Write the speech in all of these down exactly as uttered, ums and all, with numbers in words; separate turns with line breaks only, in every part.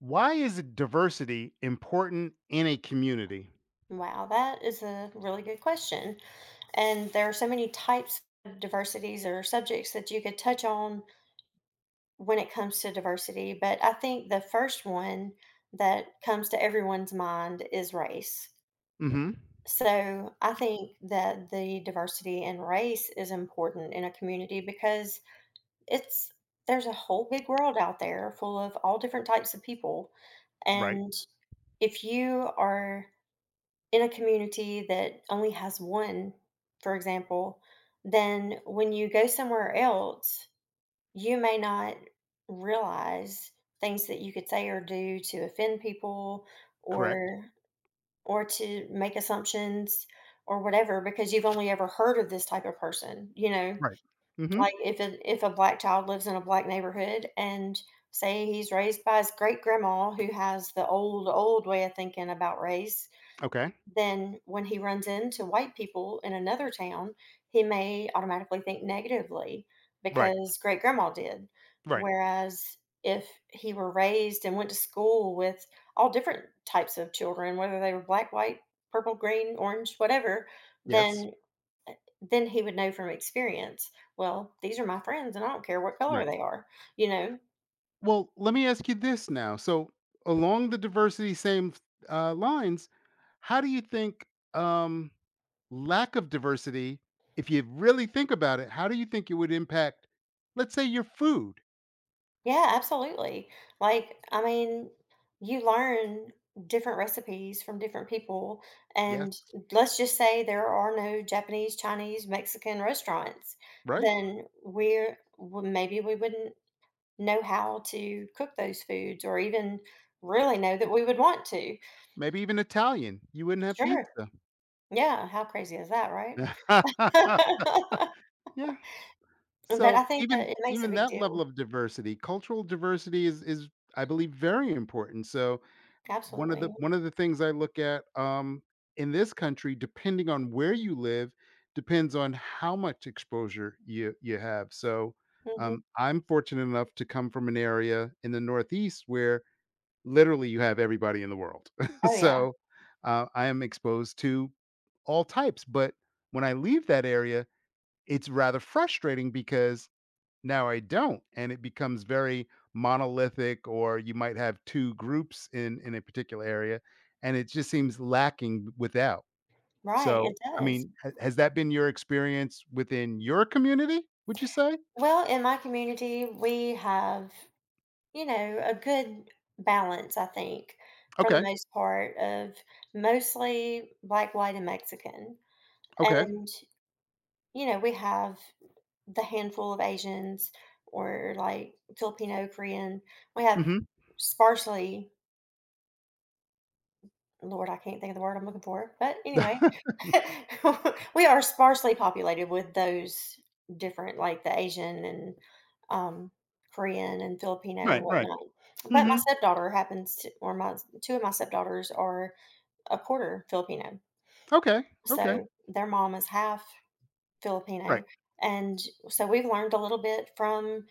Why is diversity important in a community?
Wow, that is a really good question. And there are so many types of diversities or subjects that you could touch on when it comes to diversity. But I think the first one that comes to everyone's mind is race.
hmm
So I think that the diversity in race is important in a community because it's there's a whole big world out there full of all different types of people.
Right.
And if you are in a community that only has one, for example, then when you go somewhere else, you may not realize things that you could say or do to offend people
Correct.
or or to make assumptions or whatever because you've only ever heard of this type of person, you know?
Right. hmm
Like if a, if a black child lives in a black neighborhood and say he's raised by his great grandma who has the old old way of thinking about race,
Okay.
then when he runs into white people in another town, he may automatically think negatively
Right.
because great grandma did.
Right.
Whereas if he were raised and went to school with all different types of children, whether they were black, white, purple, green, orange, whatever,
Yes.
then eh, then he would know from experience, well, these are my friends and I don't care what color
Right.
they are, you know?
Well, let me ask you this now. So, along the diversity same uh, lines, how do you think um, lack of diversity, if you really think about it, how do you think it would impact, let's say, your food?
Yeah, absolutely. Like, I mean, you learn different recipes from different people. And
Yes.
let's just say there are no Japanese, Chinese, Mexican restaurants,
Right.
then we're well, maybe we wouldn't know how to cook those foods or even really know that we would want to.
Maybe even Italian. You wouldn't have
Sure.
pizza.
Yeah. How crazy is that, right?
Yeah.
But I
So
think
even
that it makes a
even
big
that
deal.
level of diversity, cultural diversity is is I believe very important. So one of the
Absolutely.
one of the things I look at, um, in this country, depending on where you live, depends on how much exposure you you have. So
Hmm.
um, I'm fortunate enough to come from an area in the Northeast where literally you have everybody in the world.
Oh, yeah.
So uh, I am exposed to all types. But when I leave that area, it's rather frustrating because now I don't, and it becomes very monolithic, or you might have two groups in in a particular area, and it just seems lacking without.
Right.
So,
It
I
does.
mean, ha has that been your experience within your community, would you say?
Well, in my community, we have, you know, a good balance, I think, for the
Okay,
most part, of mostly black, white, and Mexican.
okay,
And, you know, we have the handful of Asians or like Filipino, Korean. We have
mhm.
sparsely, Lord, I can't think of the word I'm looking for. But anyway, we are sparsely populated with those different, like, the Asian and, um, Korean and Filipino and
Right, right,
whatnot. But my
mhm,
stepdaughter happens to or my two of my stepdaughters are a quarter Filipino.
okay, okay,
So, their mom is half Filipino,
right,
and so we've learned a little bit from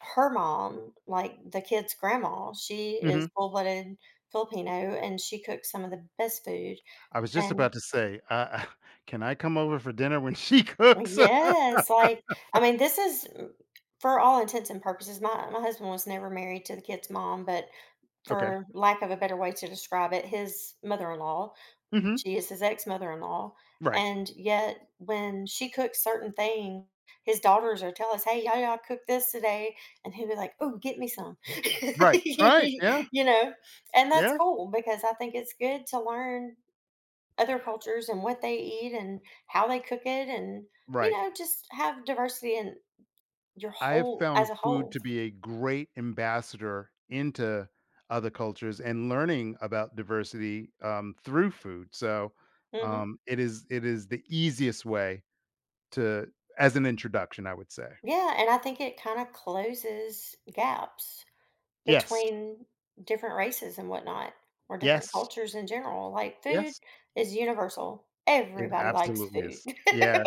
her mom, like, the kid's grandma. She is
mhm.
full-blooded Filipino, and she cooks some of the best food.
I was just
And
about to say, uh, "Can I come over for dinner when she
Uh,
cooks?"
yes, like, I mean, this is m for all intents and purposes, my my husband was never married to the kid's mom, but
Okay,
for lack of a better way to describe it, his mother-in-law,
mhm,
she is his ex-mother-in-law,
right,
and yet when she cooks certain things, his daughters are tell us, "Hey, y'all, y'all cook this today," and he'll be like, "Ooh, get me some."
right, right, yeah,
You know? And that's
yeah,
cool because I think it's good to learn other cultures and what they eat and how they cook it and you
right.
know just have diversity in your
I have
whole as
found
a
food
whole.
to be a great ambassador into other cultures and learning about diversity um, through food. So
Hmm.
um, it is it is the easiest way to, as an introduction, I would say.
Yeah, and I think it kind of closes gaps
Yes,
between different races and whatnot or different
yes,
cultures in general. Like, food
yes.
is universal.
It
Everybody likes
absolutely
food.
is. Yes,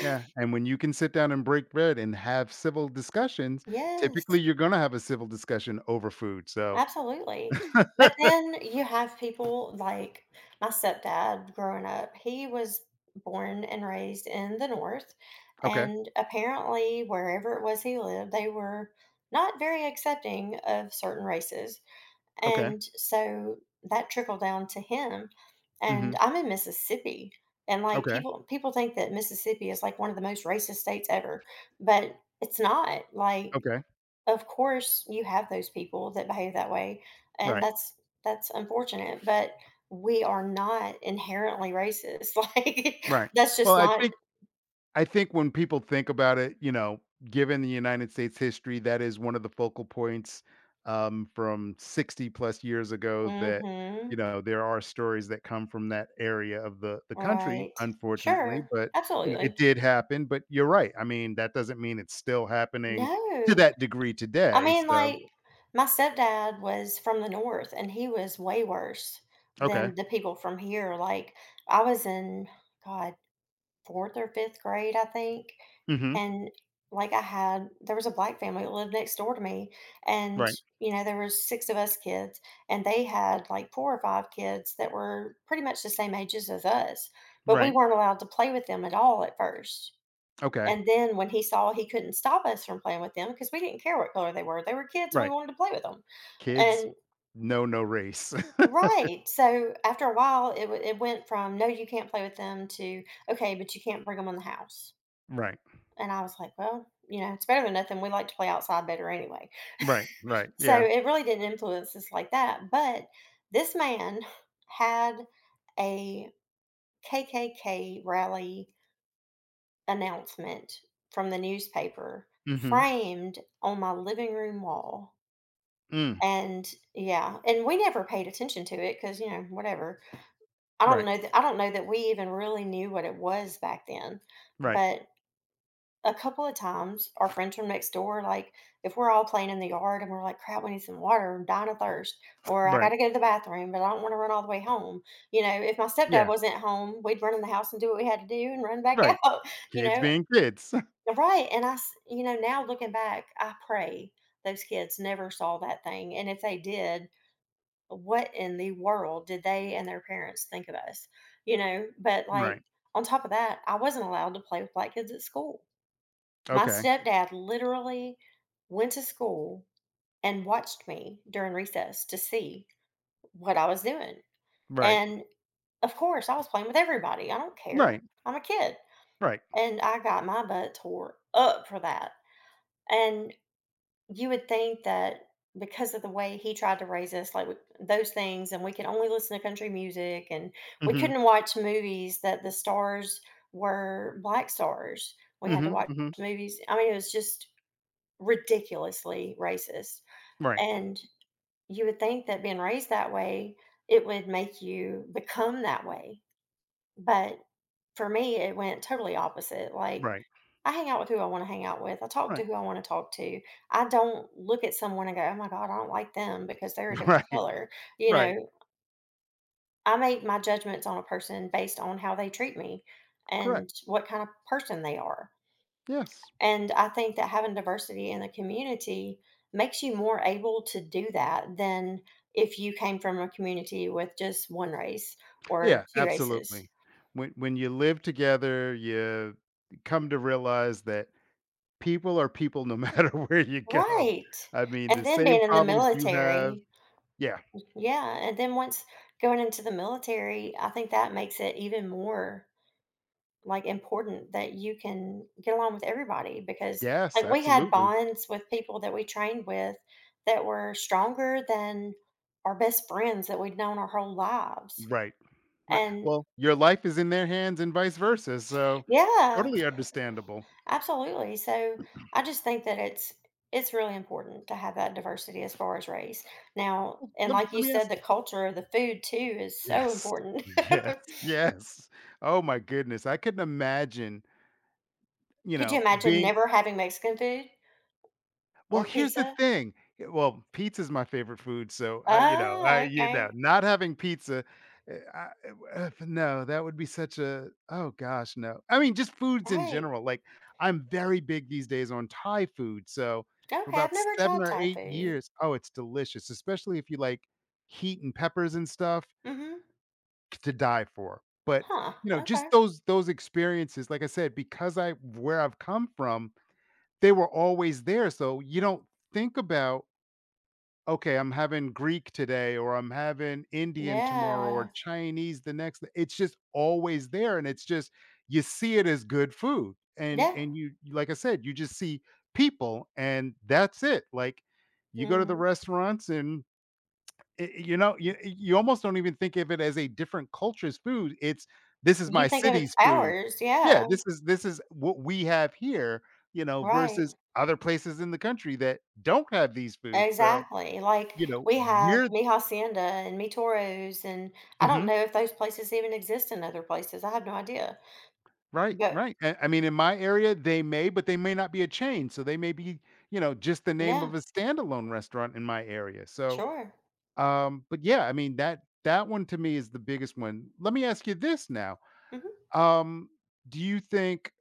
yeah. And when you can sit down and break bread and have civil discussions,
Yes.
typically you're going to have a civil discussion over food. So
Absolutely. But then you have people like my stepdad growing up, he was born and raised in the North.
Okay.
And apparently, wherever it was he lived, they were not very accepting of certain races.
Okay.
And so that trickled down to him.
hmm
And I'm in Mississippi. And like
Okay.
people people think that Mississippi is like one of the most racist states ever, but it's not. Like
Okay.
of course, you have those people that behave that way, and
Right.
that's that's unfortunate, but we are not inherently racist, like,
Right.
that's
Well,
just
I
not.
think I think when people think about it, you know, given the United States history, that is one of the focal points, um, from sixty plus years ago that,
Mhm.
you know, there are stories that come from that area of the, the country,
Right.
unfortunately.
Sure,
But, you know, it
absolutely.
did happen. But you're right. I mean, that doesn't mean it's still happening to
No,
that degree
I
today.
mean,
So,
like, my stepdad was from the North, and he was way worse
okay.
than the people from here, like, I was in, God, fourth or fifth grade, I think.
hmm
And, like, I had there was a black family that lived next door to me, and,
Right.
you know, there were six of us kids, and they had, like, four or five kids that were pretty much the same ages as us, but we
Right.
weren't allowed to play with them at all at first.
Okay.
And then when he saw he couldn't stop us from playing with them because we didn't care what color they were, they were kids, and we
Right.
wanted to play with them.
Kids
And
know no race.
right. So, after a while, it w it went from, "No, you can't play with them," to, "Okay, but you can't bring bring them in the house."
Right.
And I was like, "Well, you know, it's better than nothing. We like to play outside better anyway."
Right. Right.
So
Yeah.
it really didn't influence us like that, but this man had a K K K rally announcement from the newspaper
hmm
framed on my living room wall.
Mm.
And yeah, and we never paid attention to it because you know, whatever. I don't
Right.
know that I don't know that we even really knew what it was back then,
Right.
but a couple of times, our friends from next door, like, if we're all playing in the yard and we're like, "Crap, we need some water, I'm dying of thirst," or "I
Right.
gotta go to the bathroom, but I don't wanna run all the way home." You know, if my stepdad
Yeah.
wasn't home, we'd run in the house and do what we had to do and run back
Right.
out, you
Kids
know?
being kids.
Right, and I s you know, now looking back, I pray those kids never saw that thing, and if they did, what in the world did they and their parents think of us? You know? But,
Right.
like, on top of that, I wasn't allowed to play with black kids at school. My
Okay.
stepdad literally went to school and watched me during recess to see what I was doing.
Right.
And of course, I was playing with everybody. I don't care.
Right.
I'm a kid.
Right.
And I got my butt tore up for that. And you would think that because of the way he tried to raise us, like with those things, and we could only listen to country music and we
Mhm.
couldn't watch movies that the stars were black stars. We had to
Mhm.
watch
Mhm.
movies. I mean, it was just ridiculously racist.
Right.
And you would think that being raised that way, it would make you become that way. But for me, it went totally opposite. Like,
Right.
I hang out with who I want to hang out with. I talk to
Right.
who I want to talk to. I don't look at someone and go, oh my God, I don't like them because they're a different
Right.
color. You
Right.
know, I make my judgments on a person based on how they treat me
Correct.
and what kind of person they are.
Yes.
And I think that having diversity in the community makes you more able to do that than if you came from a community with just one race or
Yeah.
two races.
Absolutely. When when you live together, you come to realize that people are people no matter where you go.
Right.
I mean,
And
the
then
same
being in the
problems you have.
military.
Yeah.
Yeah. And then once going into the military, I think that makes it even more like, important that you can get along with everybody because,
Yes.
like, we had
Absolutely.
bonds with people that we trained with that were stronger than our best friends that we'd known our whole lives.
Right. Right.
And
Well, your life is in their hands and vice versa. So
yeah,
totally understandable.
absolutely. So I just think that it's it's really important to have that diversity as far as race. Now,
Well,
and
lem
like
let
you
me
said,
ask
the culture, the food too is so
Yes.
important.
Yes, yes. Oh my goodness, I couldn't imagine, you
Could you
know,
imagine
being,
never having Mexican food
well,
or
here's the
pizza?
thing, eh, well, pizza's my favorite food, so I, you know, I,
Ah,
you know,
okay.
not having pizza, eh, I eh, uh, no, that would be such a, oh gosh, no. I mean, just foods in
Right.
general, like, I'm very big these days on Thai food, so
Okay,
for
I've
about
never
seven
tried
or
Thai
eight
food.
years, oh, it's delicious, especially if you like heat and peppers and stuff.
Mhm.
To die for. But,
Huh,
you know,
okay.
just those those experiences, like I said, because I where I've come from, they were always there. So you don't think about, okay, I'm having Greek today or I'm having Indian tomorrow or
Yeah.
Chinese the next day. It's just always there. And it's just you see it as good food. And
Yeah.
and you, like I said, you just see people and that's it. Like you go to the
Mhm.
restaurants and i- you know, you you almost don't even think of it as a different culture's food. It's this is
You
my
think of it's
city's food.
ours,
Yeah,
yeah,
this is this is what we have here, you know,
right.
versus other places in the country that don't have these foods. So,
Exactly, like,
you know,
we have
we're
Mi Hacienda and Mi Toro's, and I don't
Mhm.
know if those places even exist in other places, I have no idea,
Right,
but
right. I I mean, in my area, they may, but they may not be a chain. So they may be, you know, just the name
yeah,
of a standalone restaurant in my area. So,
sure.
um, but yeah, I mean that that one to me is the biggest one. Let me ask you this now.
Mhm.
Um, do you think,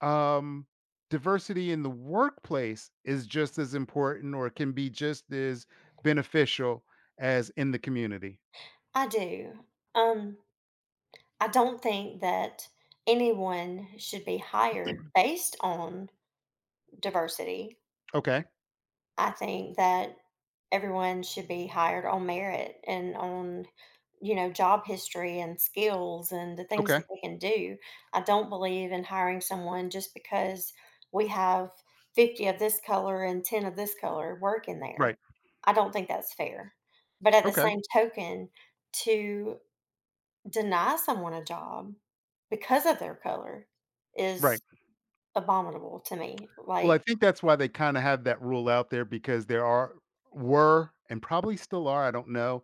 um, diversity in the workplace is just as important or can be just as beneficial as in the community?
I do. Um, I don't think that anyone should be hired based on diversity.
Okay.
I think that everyone should be hired on merit and on, you know, job history and skills and the things that
Okay.
they can do. I don't believe in hiring someone just because we have fifty of this color and ten of this color working there.
Right.
I don't think that's fair. But at the
Okay.
same token, to deny someone a job because of their color is
Right.
abominable to me.
Well, I
Like,
think that's why they kinda have that rule out there because there are were, and probably still are, I don't know,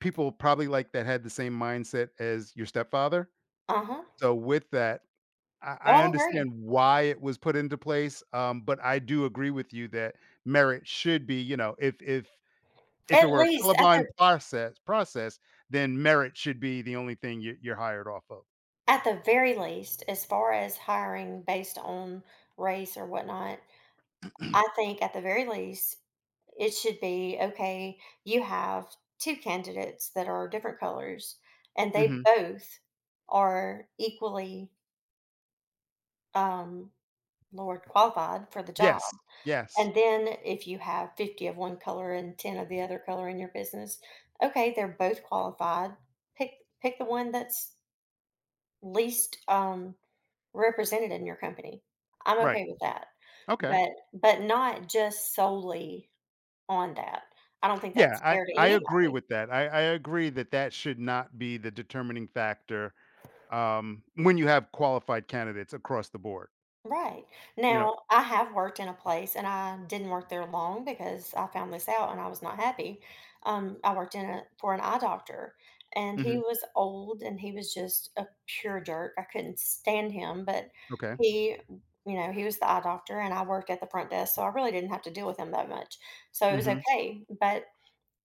people probably like that had the same mindset as your stepfather.
uh huh.
So with that I
Oh,
I
I agree.
understand why it was put into place, um, but I do agree with you that merit should be, you know, if if if it
At
were a
least at the
colorblind process process, then merit should be the only thing you you're hired off of.
At the very least, as far as hiring based on race or whatnot, I think at the very least, it should be okay, you have two candidates that are different colors and they
Mhm.
both are equally, um, Lord, qualified for the job.
Yes. Yes.
And then if you have fifty of one color and ten of the other color in your business, okay, they're both qualified. Pick pick the one that's least um represented in your company. I'm
Right.
okay with that,
Okay.
but but not just solely on that. I don't think
Yeah,
that's
I
fair to
I agree
anybody.
with that. I I agree that that should not be the determining factor, um, when you have qualified candidates across the board,
Right.
you know
Now, I have worked in a place and I didn't work there long because I found this out and I was not happy. Um, I worked in a, for an eye doctor and he
Mhm.
was old and he was just a pure jerk. I couldn't stand him, but
Okay.
he, you know, he was the eye doctor and I worked at the front desk. So I really didn't have to deal with him that much. So it was
Mhm.
okay. But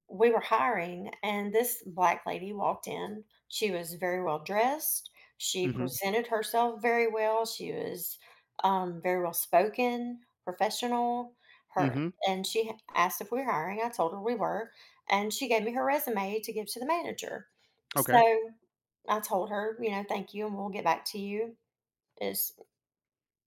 we were hiring and this black lady walked in. She was very well dressed. She
Mhm.
presented herself very well. She was um, very well spoken, professional. Her
Mhm.
and she h- Asked if we were hiring. I told her we were, and she gave me her resume to give to the manager.
Okay.
So I told her, you know, thank you, and we'll get back to you as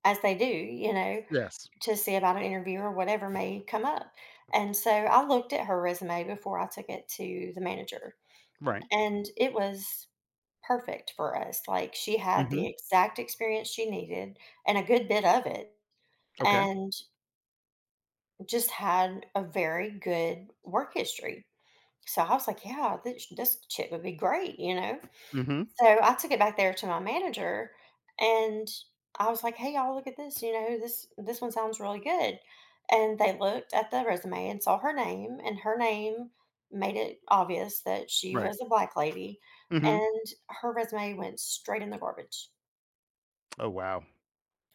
as they do, you know
Yes.
to see about an interview or whatever may come up. And so I looked at her resume before I took it to the manager,
Right.
and it was perfect for us. Like, she had the
Mhm.
exact experience she needed and a good bit of it,
Okay.
and just had a very good work history. So I was like, "Yeah, this this chip would be great," you know?
Mhm.
So I took it back there to my manager, and I was like, "Hey, y'all, look at this, you know, this this one sounds really good." And they looked at the resume and saw her name, and her name made it obvious that she
Right.
was a black lady,
Mhm.
and her resume went straight in the garbage.
Oh, wow.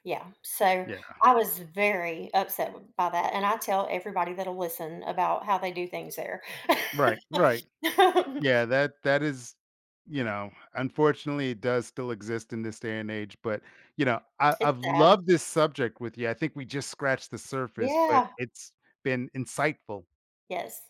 Yeah, so
Yeah.
I was very upset w by that, and I tell everybody that'll listen about how they do things there.
Right, right. Yeah, that that is you know, unfortunately, it does still exist in this day and age, but, you know, I
It's
I've
sad.
loved this subject with you. I think we just scratched the surface, but
Yeah.
it's been insightful.
Yes.